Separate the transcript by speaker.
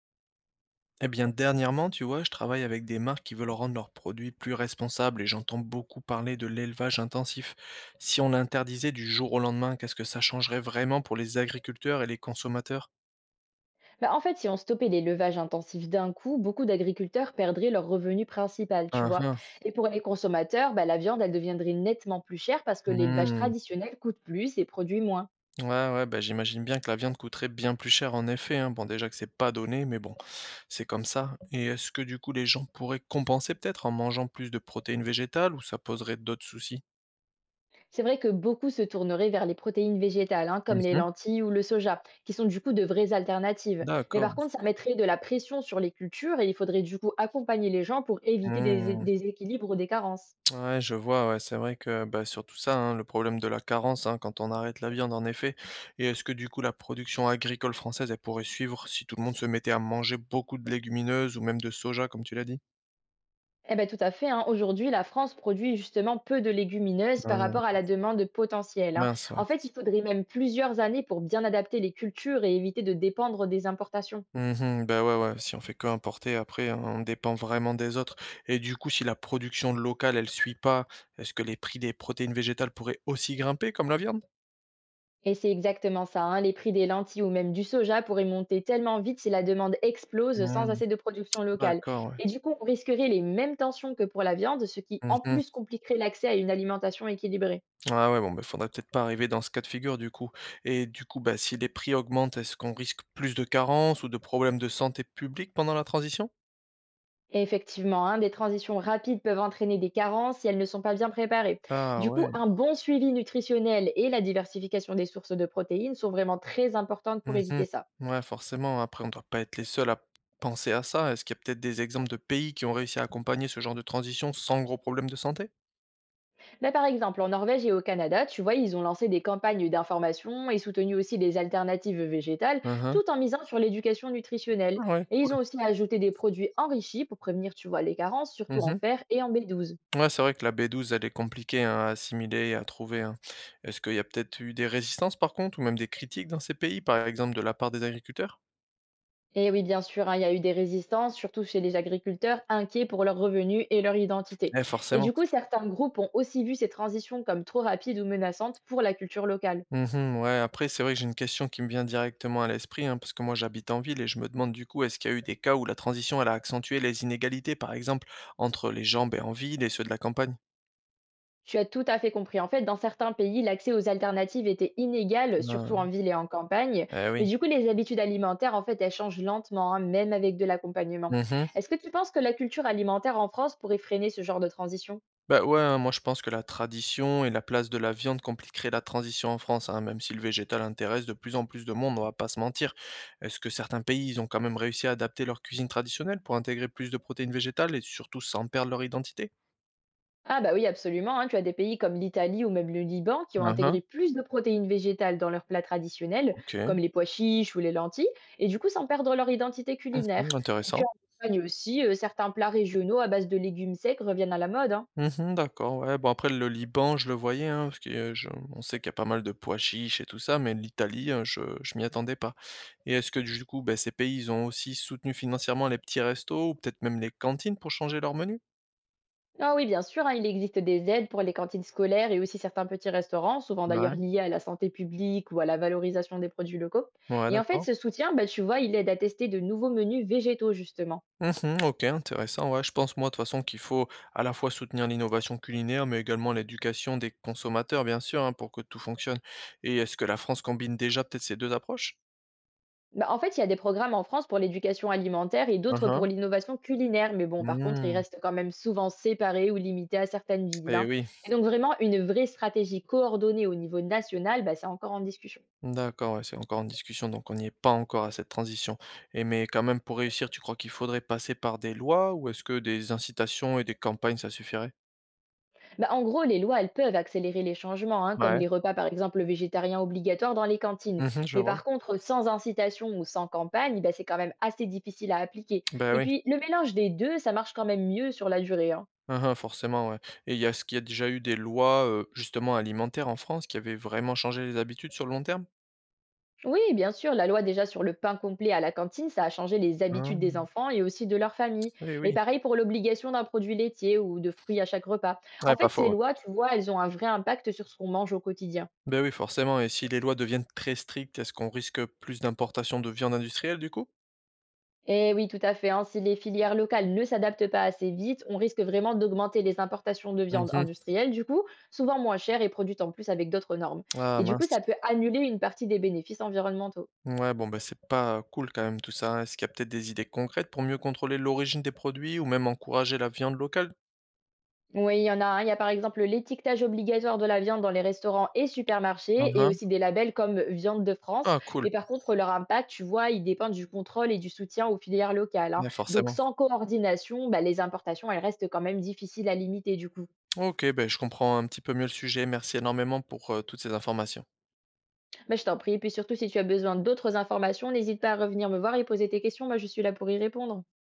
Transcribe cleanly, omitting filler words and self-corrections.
Speaker 1: Eh bien, dernièrement, tu vois, je travaille avec des marques qui veulent rendre leurs produits plus responsables et j'entends beaucoup parler de l'élevage intensif. Si on l'interdisait du jour au lendemain, qu'est-ce que ça changerait vraiment pour les agriculteurs et les consommateurs?
Speaker 2: Bah, en fait, si on stoppait les levages intensifs d'un coup, beaucoup d'agriculteurs perdraient leur revenu principal, tu
Speaker 1: Ah
Speaker 2: vois.
Speaker 1: ah.
Speaker 2: Et pour les consommateurs, bah, la viande, elle deviendrait nettement plus chère parce que l'élevage
Speaker 1: Hmm.
Speaker 2: traditionnel coûte plus et produit moins.
Speaker 1: Ouais, ouais, bah, j'imagine bien que la viande coûterait bien plus cher en effet, hein. Bon, déjà que c'est pas donné, mais bon, c'est comme ça. Et est-ce que du coup les gens pourraient compenser peut-être en mangeant plus de protéines végétales ou ça poserait d'autres soucis?
Speaker 2: C'est vrai que beaucoup se tourneraient vers les protéines végétales, hein, comme les
Speaker 1: Mhm.
Speaker 2: lentilles ou le soja, qui sont du coup de vraies alternatives. Mais par
Speaker 1: D'accord.
Speaker 2: contre, ça mettrait de la pression sur les cultures et il faudrait du coup accompagner les gens pour éviter des
Speaker 1: Mmh.
Speaker 2: des équilibres ou des carences.
Speaker 1: Ouais, je vois, ouais, c'est vrai que bah, surtout ça, hein, le problème de la carence hein, quand on arrête la viande, en effet. Et est-ce que du coup la production agricole française, elle pourrait suivre si tout le monde se mettait à manger beaucoup de légumineuses ou même de soja, comme tu l'as dit?
Speaker 2: Eh ben tout à fait, hein. Aujourd'hui, la France produit justement peu de légumineuses par
Speaker 1: Ah,
Speaker 2: rapport à la demande potentielle, hein.
Speaker 1: mince, ouais.
Speaker 2: En fait, il faudrait même plusieurs années pour bien adapter les cultures et éviter de dépendre des importations.
Speaker 1: Mhm, bah ouais, ouais, si on fait que importer, après, hein, on dépend vraiment des autres. Et du coup, si la production locale, elle suit pas, est-ce que les prix des protéines végétales pourraient aussi grimper comme la viande?
Speaker 2: Et c'est exactement ça, hein. Les prix des lentilles ou même du soja pourraient monter tellement vite si la demande explose sans
Speaker 1: Hmm,
Speaker 2: assez de production locale.
Speaker 1: d'accord, ouais.
Speaker 2: Et du coup, on risquerait les mêmes tensions que pour la viande, ce qui en
Speaker 1: Mhm.
Speaker 2: plus compliquerait l'accès à une alimentation équilibrée.
Speaker 1: Ah ouais, bon, bah, faudrait peut-être pas arriver dans ce cas de figure du coup. Et du coup, bah, si les prix augmentent, est-ce qu'on risque plus de carences ou de problèmes de santé publique pendant la transition?
Speaker 2: Et effectivement, hein, des transitions rapides peuvent entraîner des carences si elles ne sont pas bien préparées.
Speaker 1: Ah
Speaker 2: Du coup,
Speaker 1: ouais.
Speaker 2: un bon suivi nutritionnel et la diversification des sources de protéines sont vraiment très importantes pour
Speaker 1: Mhm.
Speaker 2: éviter ça.
Speaker 1: Ouais, forcément. Après, on doit pas être les seuls à penser à ça. Est-ce qu'il y a peut-être des exemples de pays qui ont réussi à accompagner ce genre de transition sans gros problème de santé?
Speaker 2: Là, par exemple, en Norvège et au Canada, tu vois, ils ont lancé des campagnes d'information et soutenu aussi des alternatives végétales,
Speaker 1: Mhm.
Speaker 2: tout en misant sur l'éducation nutritionnelle.
Speaker 1: Ah ouais,
Speaker 2: Et ils
Speaker 1: cool.
Speaker 2: ont aussi ajouté des produits enrichis pour prévenir, tu vois, les carences, surtout en
Speaker 1: Mhm.
Speaker 2: fer et en B12.
Speaker 1: Ouais, c'est vrai que la B12 elle est compliquée hein, à assimiler et à trouver, hein. Est-ce qu'il y a peut-être eu des résistances par contre, ou même des critiques dans ces pays, par exemple de la part des agriculteurs?
Speaker 2: Et oui, bien sûr, hein, il y a eu des résistances, surtout chez les agriculteurs inquiets pour leurs revenus et leur identité.
Speaker 1: Eh,
Speaker 2: Et du
Speaker 1: forcément.
Speaker 2: coup, certains groupes ont aussi vu ces transitions comme trop rapides ou menaçantes pour la culture locale.
Speaker 1: Mmh, ouais, après, c'est vrai que j'ai une question qui me vient directement à l'esprit, hein, parce que moi j'habite en ville et je me demande du coup, est-ce qu'il y a eu des cas où la transition elle a accentué les inégalités, par exemple, entre les gens, beh, en ville et ceux de la campagne?
Speaker 2: Tu as tout à fait compris. En fait, dans certains pays, l'accès aux alternatives était inégal, surtout en
Speaker 1: Hein,
Speaker 2: ville et en campagne.
Speaker 1: eh
Speaker 2: Et
Speaker 1: oui.
Speaker 2: du coup, les habitudes alimentaires, en fait, elles changent lentement, hein, même avec de l'accompagnement.
Speaker 1: Mmh.
Speaker 2: Est-ce que tu penses que la culture alimentaire en France pourrait freiner ce genre de transition?
Speaker 1: Bah, ouais, hein, moi je pense que la tradition et la place de la viande compliqueraient la transition en France, hein, même si le végétal intéresse de plus en plus de monde, on va pas se mentir. Est-ce que certains pays, ils ont quand même réussi à adapter leur cuisine traditionnelle pour intégrer plus de protéines végétales et surtout sans perdre leur identité?
Speaker 2: Ah bah oui, absolument, hein. Tu as des pays comme l'Italie ou même le Liban qui ont
Speaker 1: Ah hein,
Speaker 2: intégré plus de protéines végétales dans leurs plats traditionnels, comme
Speaker 1: OK.
Speaker 2: les pois chiches ou les lentilles, et du coup sans perdre leur identité culinaire.
Speaker 1: Mmh,
Speaker 2: Et puis
Speaker 1: intéressant.
Speaker 2: en Espagne aussi, certains plats régionaux à base de légumes secs reviennent à la mode, hein.
Speaker 1: Mmh, d'accord, ouais. Bon, après le Liban, je le voyais, hein, parce que, je on sait qu'il y a pas mal de pois chiches et tout ça, mais l'Italie, je m'y attendais pas. Et est-ce que du coup, beh, ces pays, ils ont aussi soutenu financièrement les petits restos ou peut-être même les cantines pour changer leur menu?
Speaker 2: Ah oui, bien sûr, hein, il existe des aides pour les cantines scolaires et aussi certains petits restaurants, souvent d'ailleurs
Speaker 1: Ouais,
Speaker 2: liés à la santé publique ou à la valorisation des produits locaux.
Speaker 1: ouais,
Speaker 2: Et en fait,
Speaker 1: d'accord.
Speaker 2: ce soutien, bah, tu vois, il aide à tester de nouveaux menus végétaux justement.
Speaker 1: Mmh, OK, intéressant, ouais. Je pense moi, de toute façon, qu'il faut à la fois soutenir l'innovation culinaire, mais également l'éducation des consommateurs, bien sûr, hein, pour que tout fonctionne. Et est-ce que la France combine déjà peut-être ces 2 approches?
Speaker 2: Bah, en fait, il y a des programmes en France pour l'éducation alimentaire et
Speaker 1: Hein
Speaker 2: d'autres pour
Speaker 1: hein.
Speaker 2: l'innovation culinaire, mais bon, par contre, ils
Speaker 1: Mmh,
Speaker 2: restent quand même souvent séparés ou limités à certaines villes,
Speaker 1: et
Speaker 2: hein.
Speaker 1: oui.
Speaker 2: Et donc, vraiment, une vraie stratégie coordonnée au niveau national, bah, c'est encore en discussion.
Speaker 1: D'accord, ouais, c'est encore en discussion, donc on n'y est pas encore à cette transition. Et mais quand même, pour réussir, tu crois qu'il faudrait passer par des lois ou est-ce que des incitations et des campagnes, ça suffirait?
Speaker 2: Bah, en gros, les lois, elles peuvent accélérer les changements, hein, comme
Speaker 1: Ouais.
Speaker 2: les repas, par exemple, végétariens obligatoires dans les cantines.
Speaker 1: Mmh, je
Speaker 2: Mais
Speaker 1: vois.
Speaker 2: par contre, sans incitation ou sans campagne, bah, c'est quand même assez difficile à appliquer.
Speaker 1: Ben
Speaker 2: Et
Speaker 1: oui.
Speaker 2: puis, le mélange des deux, ça marche quand même mieux sur la durée, hein.
Speaker 1: Hein, hein, forcément, ouais. Et il y a ce qu'il y a déjà eu des lois, justement alimentaires en France qui avaient vraiment changé les habitudes sur le long terme?
Speaker 2: Oui, bien sûr, la loi déjà sur le pain complet à la cantine, ça a changé les habitudes des
Speaker 1: Hein,
Speaker 2: enfants et aussi de leur famille.
Speaker 1: eh
Speaker 2: Et
Speaker 1: oui.
Speaker 2: pareil pour l'obligation d'un produit laitier ou de fruits à chaque repas. En
Speaker 1: Ouais, pas
Speaker 2: fait, ces
Speaker 1: faux, ouais.
Speaker 2: lois, tu vois, elles ont un vrai impact sur ce qu'on mange au quotidien.
Speaker 1: Beh oui, forcément, et si les lois deviennent très strictes, est-ce qu'on risque plus d'importation de viande industrielle du coup?
Speaker 2: Et oui, tout à fait, hein, si les filières locales ne s'adaptent pas assez vite, on risque vraiment d'augmenter les importations de viande
Speaker 1: Mmh.
Speaker 2: industrielle, du coup, souvent moins chères et produites en plus avec d'autres normes.
Speaker 1: Ah
Speaker 2: Et du coup,
Speaker 1: mince.
Speaker 2: ça peut annuler une partie des bénéfices environnementaux.
Speaker 1: Ouais, bon, bah, c'est pas cool quand même tout ça, hein. Est-ce qu'il y a peut-être des idées concrètes pour mieux contrôler l'origine des produits ou même encourager la viande locale?
Speaker 2: Oui, il y en a un. Il y a par exemple l'étiquetage obligatoire de la viande dans les restaurants et
Speaker 1: Hein,
Speaker 2: supermarchés et
Speaker 1: hein.
Speaker 2: aussi des labels comme Viande de France.
Speaker 1: Ah, cool,
Speaker 2: Mais par contre, leur impact, tu vois, il dépend du contrôle et du soutien aux filières locales, hein.
Speaker 1: ouais,
Speaker 2: Donc,
Speaker 1: forcément.
Speaker 2: sans coordination, bah, les importations, elles restent quand même difficiles à limiter du coup.
Speaker 1: OK, ben, je comprends un petit peu mieux le sujet. Merci énormément pour toutes ces informations.
Speaker 2: Bah, je t'en prie. Et puis surtout, si tu as besoin d'autres informations, n'hésite pas à revenir me voir et poser tes questions. Moi, je suis là pour y répondre.